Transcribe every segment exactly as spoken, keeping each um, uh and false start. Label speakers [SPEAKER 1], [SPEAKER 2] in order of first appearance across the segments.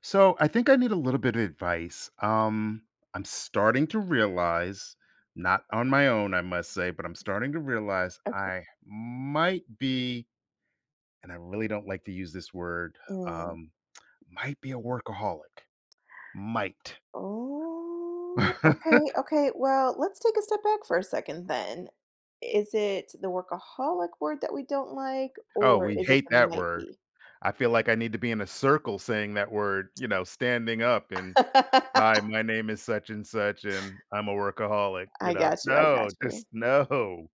[SPEAKER 1] So I think I need a little bit of advice. Um, I'm starting to realize, not on my own, I must say, but I'm starting to realize
[SPEAKER 2] Okay.
[SPEAKER 1] I might be, and I really don't like to use this word,
[SPEAKER 2] Mm.
[SPEAKER 1] um, might be a workaholic. Might.
[SPEAKER 2] Oh, okay, okay. Well, let's take a step back for a second then. Is it the workaholic word that we don't like,
[SPEAKER 1] Oh,
[SPEAKER 2] or
[SPEAKER 1] we
[SPEAKER 2] is it
[SPEAKER 1] hate
[SPEAKER 2] the
[SPEAKER 1] that
[SPEAKER 2] might
[SPEAKER 1] word.
[SPEAKER 2] be?
[SPEAKER 1] I feel like I need to be in a circle saying that word, you know, standing up and hi, my name is such and such, and I'm a workaholic, you
[SPEAKER 2] I
[SPEAKER 1] know.
[SPEAKER 2] got you, I got
[SPEAKER 1] No,
[SPEAKER 2] you.
[SPEAKER 1] just no.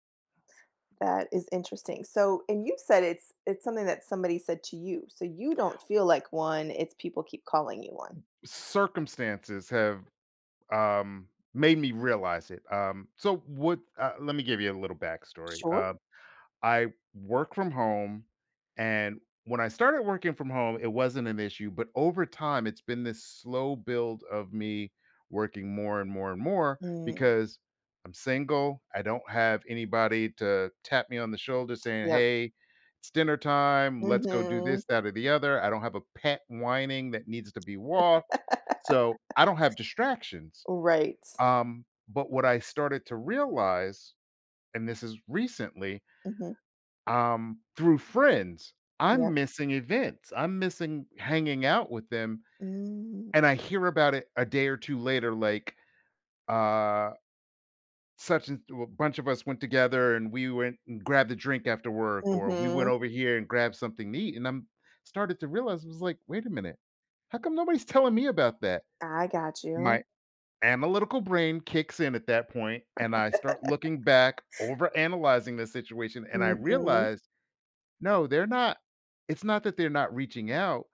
[SPEAKER 2] That is interesting. So, and you said it's it's something that somebody said to you. So you don't feel like one, it's people keep calling you one.
[SPEAKER 1] Circumstances have um, made me realize it. Um, so what? Uh, let me give you a little backstory.
[SPEAKER 2] Sure.
[SPEAKER 1] Uh, I work from home, and when I started working from home, it wasn't an issue. But over time, it's been this slow build of me working more and more and more
[SPEAKER 2] Mm.
[SPEAKER 1] because I'm single. I don't have anybody to tap me on the shoulder saying,
[SPEAKER 2] Yep.
[SPEAKER 1] "Hey." It's dinner time. Let's go do
[SPEAKER 2] Mm-hmm.
[SPEAKER 1] this, that, or the other. I don't have a pet whining that needs to be walked. So I don't have distractions.
[SPEAKER 2] Right.
[SPEAKER 1] Um, but what I started to realize, and this is recently,
[SPEAKER 2] Mm-hmm.
[SPEAKER 1] um, through friends, I'm
[SPEAKER 2] Yep.
[SPEAKER 1] missing events. I'm missing hanging out with them.
[SPEAKER 2] Mm.
[SPEAKER 1] And I hear about it a day or two later, like uh such and a bunch of us went together and we went and grabbed a drink after work, or we went
[SPEAKER 2] Mm-hmm.
[SPEAKER 1] over here and grabbed something to eat. And I'm started to realize I was like, wait a minute, how come nobody's telling me about that?
[SPEAKER 2] I got
[SPEAKER 1] My
[SPEAKER 2] you.
[SPEAKER 1] analytical brain kicks in at that point, and I start looking back, over analyzing the situation, and I
[SPEAKER 2] Mhm,
[SPEAKER 1] realized, no, they're not, it's not that they're not reaching out,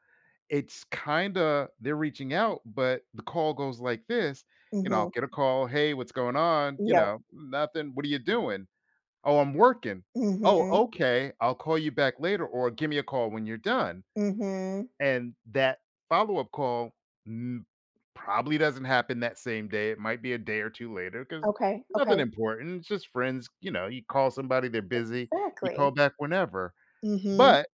[SPEAKER 1] it's kinda they're reaching out, but the call goes like this, you know, I'll
[SPEAKER 2] mhm,
[SPEAKER 1] get a call, "Hey, what's going on?" You
[SPEAKER 2] yeah,
[SPEAKER 1] know, "Nothing, what are you doing?" "Oh, I'm working." "Oh,
[SPEAKER 2] mhm,
[SPEAKER 1] okay, I'll call you back later," or "Give me a call when you're done."
[SPEAKER 2] mhm.
[SPEAKER 1] And that follow-up call m probably doesn't happen that same day, it might be a day or two later because
[SPEAKER 2] Okay,
[SPEAKER 1] nothing
[SPEAKER 2] okay,
[SPEAKER 1] important, it's just friends, you know, you call somebody, they're busy, you call
[SPEAKER 2] exactly.
[SPEAKER 1] back whenever.
[SPEAKER 2] Mhm,
[SPEAKER 1] But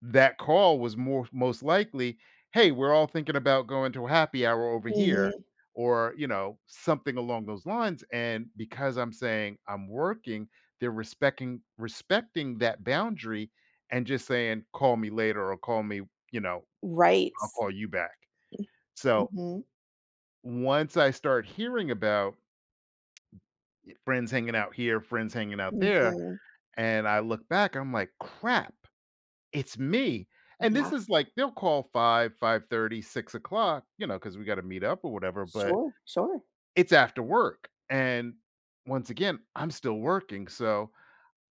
[SPEAKER 1] that call was more most likely, "Hey, we're all thinking about going to a happy hour over here,"
[SPEAKER 2] mhm.
[SPEAKER 1] or, you know, something along those lines, and because I'm saying I'm working, they're respecting respecting that boundary and just saying, "Call me later," or "Call me," you know,
[SPEAKER 2] Right.
[SPEAKER 1] I'll call you back. So
[SPEAKER 2] Mhm,
[SPEAKER 1] once I start hearing about friends hanging out here, friends hanging out there,
[SPEAKER 2] mhm.
[SPEAKER 1] and I look back, I'm like, crap, it's me. And
[SPEAKER 2] Yeah,
[SPEAKER 1] this is like they'll call five, five thirty, six o'clock, you know, because we got to meet up or whatever, but
[SPEAKER 2] sure, sure.
[SPEAKER 1] it's after work. And once again, I'm still working. So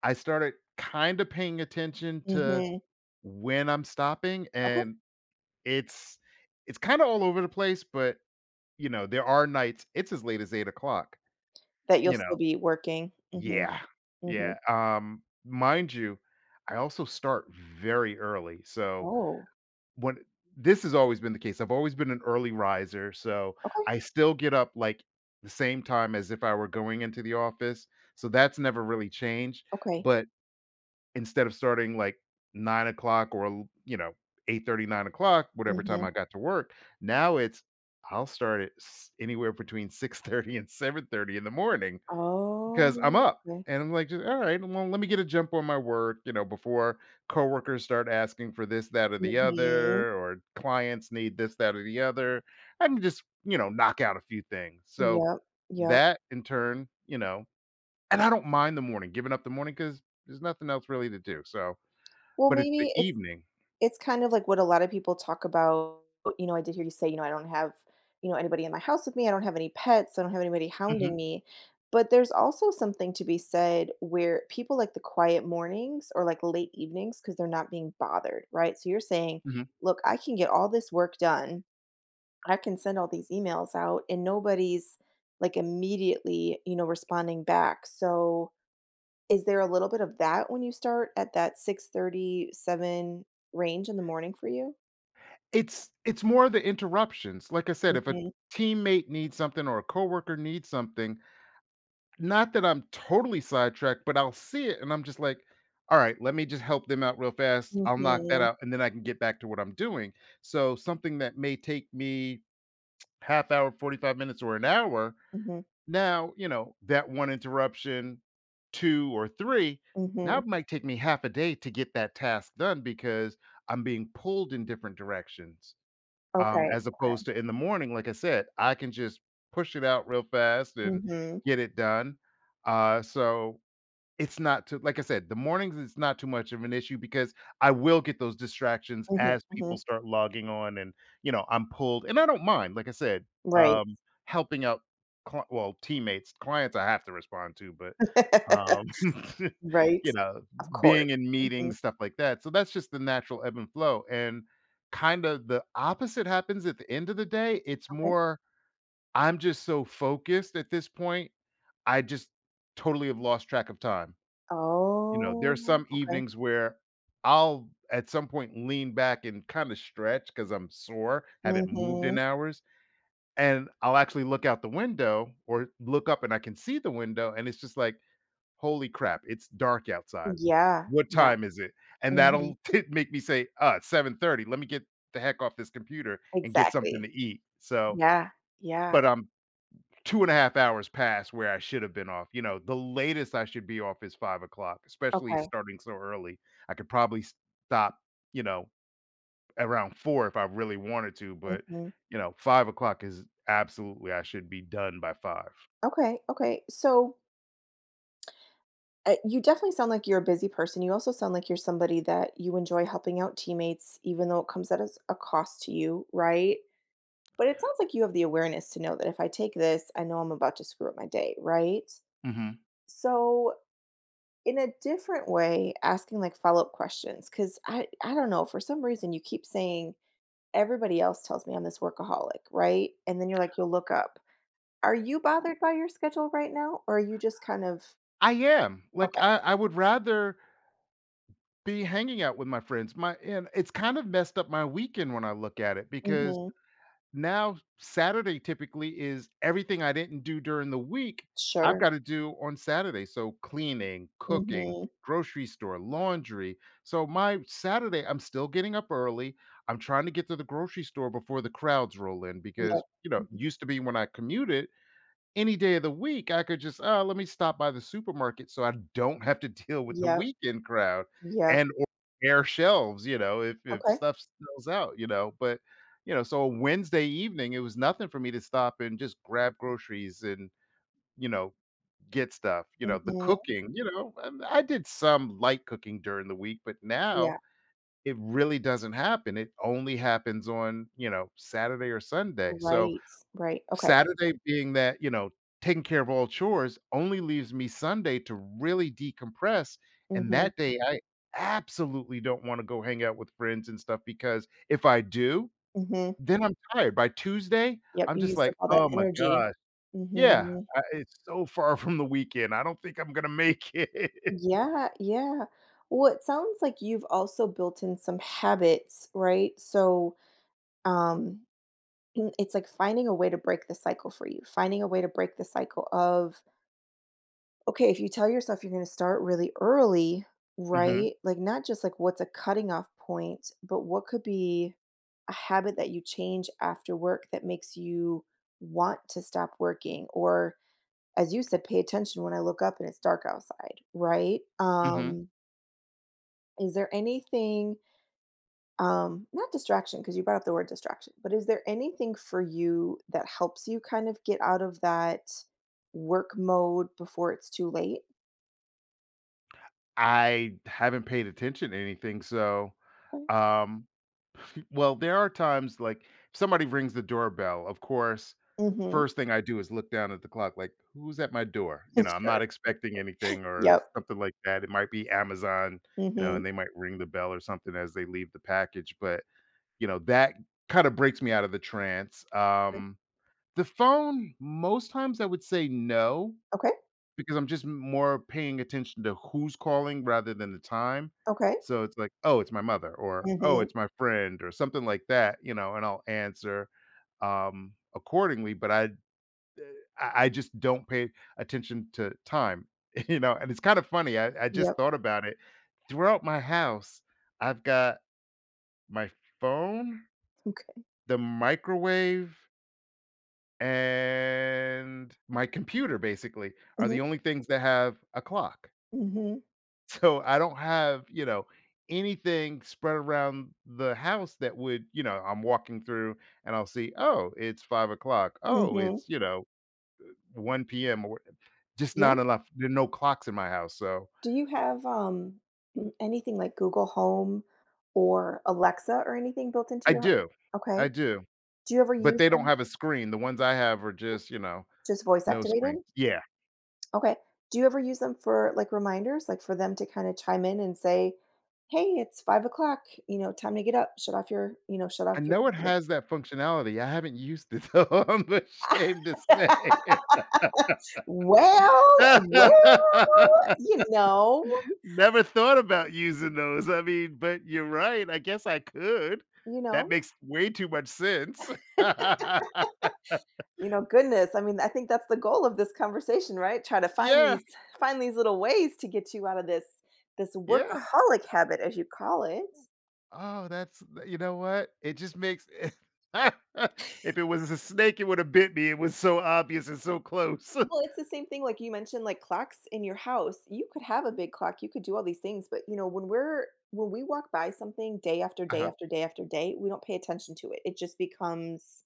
[SPEAKER 1] I started kind of paying attention to
[SPEAKER 2] Mhm,
[SPEAKER 1] when I'm stopping.
[SPEAKER 2] okay.
[SPEAKER 1] And it's it's kind of all over the place, but you know, there are nights it's as late as eight o'clock.
[SPEAKER 2] That you'll
[SPEAKER 1] You know?
[SPEAKER 2] still be working. Mhm,
[SPEAKER 1] Yeah, yeah,
[SPEAKER 2] mhm.
[SPEAKER 1] um, mind you, I also start very early, so
[SPEAKER 2] Oh,
[SPEAKER 1] when this has always been the case, I've always been an early riser, so
[SPEAKER 2] okay,
[SPEAKER 1] I still get up, like, the same time as if I were going into the office, so that's never really changed,
[SPEAKER 2] okay.
[SPEAKER 1] but instead of starting like 9 o'clock or, you know, eight thirty, nine o'clock, whatever time
[SPEAKER 2] Mhm.
[SPEAKER 1] I got to work, now it's I'll start at s- anywhere between six thirty and seven thirty in the morning because I'm
[SPEAKER 2] Oh,
[SPEAKER 1] up.
[SPEAKER 2] okay.
[SPEAKER 1] And I'm like, just, all right, well, let me get a jump on my work, you know, before coworkers start asking for this, that, or the
[SPEAKER 2] Mhm.
[SPEAKER 1] other, or clients need this, that, or the other. I can just, you know, knock out a few things. So
[SPEAKER 2] Yep, yep.
[SPEAKER 1] that in turn, you know, and I don't mind the morning, giving up the morning because there's nothing else really to do. So
[SPEAKER 2] Well,
[SPEAKER 1] but it's the
[SPEAKER 2] maybe it's
[SPEAKER 1] evening.
[SPEAKER 2] It's kind of like what a lot of people talk about, you know, I did hear you say, you know, "I don't have, you know, anybody in my house with me. I don't have any pets. I don't have anybody
[SPEAKER 1] Mhm,
[SPEAKER 2] hounding me." But there's also something to be said where people like the quiet mornings or, like, late evenings because 'cause they're not being bothered, right? So you're saying,
[SPEAKER 1] mhm.
[SPEAKER 2] "Look, I can get all this work done. I can send all these emails out, and nobody's, like, immediately, you know, responding back." So is there a little bit of that when you start at that six thirty seven range in the morning for you?
[SPEAKER 1] It's it's more the interruptions. Like I said, if a
[SPEAKER 2] Mhm,
[SPEAKER 1] teammate needs something or a coworker needs something, not that I'm totally sidetracked, but I'll see it and I'm just like, "Alright, let me just help them out real fast. I'll knock that
[SPEAKER 2] mhm,
[SPEAKER 1] out, and then I can get back to what I'm doing." So something that may take me half hour, forty-five minutes, or an hour,
[SPEAKER 2] mhm,
[SPEAKER 1] now, you know, that one interruption, two or three, now
[SPEAKER 2] mhm.
[SPEAKER 1] it might take me half a day to get that task done because I'm being pulled in different directions. Um,
[SPEAKER 2] Okay,
[SPEAKER 1] as
[SPEAKER 2] okay.
[SPEAKER 1] opposed to in the morning, like I said, I can just push it out real fast and
[SPEAKER 2] Mhm,
[SPEAKER 1] get it done. Uh, so it's not too like I said, the mornings it's not too much of an issue because I will get those distractions
[SPEAKER 2] mhm,
[SPEAKER 1] as people
[SPEAKER 2] mhm.
[SPEAKER 1] start logging on and, you know, I'm pulled and I don't mind, like I said,
[SPEAKER 2] Right.
[SPEAKER 1] um, helping out cli well, teammates, clients I have to respond to, but, um,
[SPEAKER 2] Right.
[SPEAKER 1] you know,
[SPEAKER 2] Of course.
[SPEAKER 1] being in
[SPEAKER 2] Mhm,
[SPEAKER 1] meetings, stuff like that. So that's just the natural ebb and flow, and kinda the opposite happens at the end of the day. It's
[SPEAKER 2] okay.
[SPEAKER 1] more I'm just so focused at this point, I just totally have lost track of time. You know, there's
[SPEAKER 2] Oh,
[SPEAKER 1] some
[SPEAKER 2] okay.
[SPEAKER 1] evenings where I'll at some point lean back and kind of stretch because I'm sore, haven't moved in
[SPEAKER 2] Mhm.
[SPEAKER 1] hours. And I'll actually look out the window or look up and I can see the window. And it's just like, holy crap, it's dark outside.
[SPEAKER 2] Yeah,
[SPEAKER 1] What
[SPEAKER 2] yeah.
[SPEAKER 1] time is it? And
[SPEAKER 2] Mhm.
[SPEAKER 1] that'll t- make me say, uh, seven thirty. Let me get the heck off this computer and get something
[SPEAKER 2] Exactly.
[SPEAKER 1] to eat. So,
[SPEAKER 2] Yeah, yeah.
[SPEAKER 1] but I'm two and a half hours past where I should have been off. You know, the latest I should be off is five o'clock, especially
[SPEAKER 2] Okay.
[SPEAKER 1] starting so early. I could probably stop, you know, around four if I really wanted to, but,
[SPEAKER 2] Mhm.
[SPEAKER 1] you know, five o'clock is absolutely I should be done by five.
[SPEAKER 2] Okay, okay. So, uh, you definitely sound like you're a busy person. You also sound like you're somebody that you enjoy helping out teammates even though it comes at as a cost to you, right? But it sounds like you have the awareness to know that if I take this, I know I'm about to screw up my day, right?
[SPEAKER 1] Mhm.
[SPEAKER 2] So, in a different way, asking like follow up questions, because I, I don't know, for some reason, you keep saying, everybody else tells me I'm this workaholic, right? And then you're like, you'll look up. Are you bothered by your schedule right now? Or are you just kind of,
[SPEAKER 1] I am. Like,
[SPEAKER 2] okay.
[SPEAKER 1] I I would rather be hanging out with my friends. My and it's kind of messed up my weekend when I look at it because
[SPEAKER 2] Hmm.
[SPEAKER 1] now Saturday typically is everything I didn't do during the week, I've
[SPEAKER 2] Sure.
[SPEAKER 1] got to do on Saturday. So cleaning, cooking,
[SPEAKER 2] Hmm.
[SPEAKER 1] grocery store, laundry. So my Saturday, I'm still getting up early. I'm trying to get to the grocery store before the crowds roll in
[SPEAKER 2] Yep.
[SPEAKER 1] because, you know,
[SPEAKER 2] Mhm.
[SPEAKER 1] used to be when I commuted, any day of the week, I could just, "Oh, let me stop by the supermarket so I don't have to deal with the
[SPEAKER 2] Yep.
[SPEAKER 1] weekend crowd
[SPEAKER 2] Yep.
[SPEAKER 1] and or bare shelves," you know, if if
[SPEAKER 2] Okay.
[SPEAKER 1] stuff sells out, you know, but, you know, so a Wednesday evening, it was nothing for me to stop and just grab groceries and, you know, get stuff, you know, the
[SPEAKER 2] Hmm.
[SPEAKER 1] cooking, you know, and I did some light cooking during the week, but now
[SPEAKER 2] Yeah.
[SPEAKER 1] it really doesn't happen. It only happens on, you know, Saturday or Sunday, so
[SPEAKER 2] Right. Right. Okay.
[SPEAKER 1] Saturday being that, you know, taking care of all chores only leaves me Sunday to really decompress, and
[SPEAKER 2] Hmm.
[SPEAKER 1] that day, I absolutely don't wanna go hang out with friends and stuff because if I do,
[SPEAKER 2] Hmm.
[SPEAKER 1] then I'm tired. By Tuesday,
[SPEAKER 2] Yep,
[SPEAKER 1] I'm
[SPEAKER 2] you
[SPEAKER 1] just
[SPEAKER 2] used
[SPEAKER 1] like,
[SPEAKER 2] up all that
[SPEAKER 1] "Oh my
[SPEAKER 2] energy.
[SPEAKER 1] gosh." Yeah,
[SPEAKER 2] Mhm.
[SPEAKER 1] I it's so far from the weekend. I don't think I'm gonna make it.
[SPEAKER 2] Yeah, yeah. Well, it sounds like you've also built in some habits, right? So, um, mm, it's like finding a way to break the cycle for you, finding a way to break the cycle of, okay, if you tell yourself you're gonna start really early,
[SPEAKER 1] Mhm,
[SPEAKER 2] right? Like, not just like what's a cutting off point, but what could be a habit that you change after work that makes you want to stop working or as you said, pay attention when I look up and it's dark outside, right?
[SPEAKER 1] mhm.
[SPEAKER 2] Um, is there anything, um, not distraction, because you brought up the word distraction, but is there anything for you that helps you kind of get out of that work mode before it's too late?
[SPEAKER 1] I haven't paid attention to anything, so,
[SPEAKER 2] Okay.
[SPEAKER 1] um, p- well, there are times, like, if somebody rings the doorbell, of course
[SPEAKER 2] Mhm.
[SPEAKER 1] First thing I do is look down at the clock, like, "Who's at my door?" You know, I'm not
[SPEAKER 2] Sure.
[SPEAKER 1] expecting anything or
[SPEAKER 2] Yep.
[SPEAKER 1] something like that. It might be Amazon, you know,
[SPEAKER 2] Mhm.
[SPEAKER 1] and they might ring the bell or something as they leave the package, but, you know, that kinda breaks me out of the trance.
[SPEAKER 2] Okay.
[SPEAKER 1] Um, the phone, most times I would say no,
[SPEAKER 2] Okay.
[SPEAKER 1] because I'm just more paying attention to who's calling rather than the time.
[SPEAKER 2] Okay.
[SPEAKER 1] So it's like, "Oh, it's my mother," or, "Oh,
[SPEAKER 2] Mhm.
[SPEAKER 1] it's my friend," or something like that, you know, and I'll answer, um, accordingly, but I I I just don't pay attention to time, you know, and it's kind of funny. I, I just
[SPEAKER 2] Yep.
[SPEAKER 1] thought about it. Throughout my house, I've got my phone,
[SPEAKER 2] Okay.
[SPEAKER 1] the microwave, and my computer basically are the
[SPEAKER 2] Mhm.
[SPEAKER 1] only things that have a clock.
[SPEAKER 2] Mhm.
[SPEAKER 1] So I don't have, you know, anything spread around the house that would, you know, I'm walking through and I'll see, oh, it's five o'clock. Oh,
[SPEAKER 2] Mhm.
[SPEAKER 1] it's, you know, one p m. Just not
[SPEAKER 2] Yeah.
[SPEAKER 1] enough. There are no clocks in my house, so
[SPEAKER 2] Do you have, um, mm, anything like Google Home or Alexa or anything built into
[SPEAKER 1] I
[SPEAKER 2] your
[SPEAKER 1] do, I
[SPEAKER 2] Okay.
[SPEAKER 1] do,
[SPEAKER 2] Do you ever
[SPEAKER 1] but
[SPEAKER 2] use
[SPEAKER 1] they don't
[SPEAKER 2] them
[SPEAKER 1] have a screen. The ones I have are just, you know,
[SPEAKER 2] just voice
[SPEAKER 1] no screens.
[SPEAKER 2] activated?
[SPEAKER 1] Yeah.
[SPEAKER 2] Okay. Do you ever use them for, like, reminders, like, for them to kinda chime in and say, "Hey, it's five o'clock. You know, time to get up. Shut off your you know, shut
[SPEAKER 1] I
[SPEAKER 2] off your
[SPEAKER 1] know it
[SPEAKER 2] computer."
[SPEAKER 1] has that functionality. I haven't used it, though, I'm ashamed to say.
[SPEAKER 2] Well, well, you know,
[SPEAKER 1] Never thought about using those. I mean, but you're right. I guess I could.
[SPEAKER 2] you
[SPEAKER 1] That
[SPEAKER 2] know?
[SPEAKER 1] makes way too much sense.
[SPEAKER 2] You know, goodness, I mean, I think that's the goal of this conversation, right? Try to find
[SPEAKER 1] Yeah,
[SPEAKER 2] these find these little ways to get you out of this this
[SPEAKER 1] yeah.
[SPEAKER 2] workaholic habit, as you call it.
[SPEAKER 1] Oh, that's you know what? It just makes if it was a snake, it would have bit me. It was so obvious and so close.
[SPEAKER 2] Well, it's the same thing like you mentioned, like clocks in your house. You could have a big clock, you could do all these things, but you know, when we're when we walk by something day after day
[SPEAKER 1] Uh-huh.
[SPEAKER 2] after day after day, we don't pay attention to it. It just becomes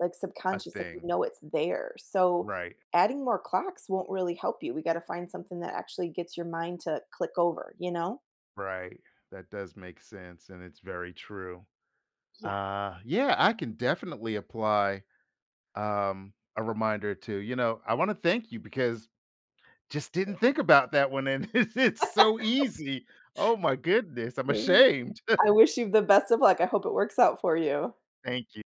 [SPEAKER 2] like
[SPEAKER 1] A
[SPEAKER 2] subconscious, like we
[SPEAKER 1] thing.
[SPEAKER 2] know it's there. So
[SPEAKER 1] Right,
[SPEAKER 2] adding more clocks won't really help you. We got to find something that actually gets your mind to click over, you know?
[SPEAKER 1] right. That does make sense, and it's very true.
[SPEAKER 2] Yeah.
[SPEAKER 1] Uh, yeah, I can definitely apply um, a reminder to. You know, I want to thank you because just didn't think about that one, and it's, it's so easy. Oh my goodness, I'm
[SPEAKER 2] Yeah.
[SPEAKER 1] ashamed.
[SPEAKER 2] I wish you the best of luck. I hope it works out for you.
[SPEAKER 1] Thank you.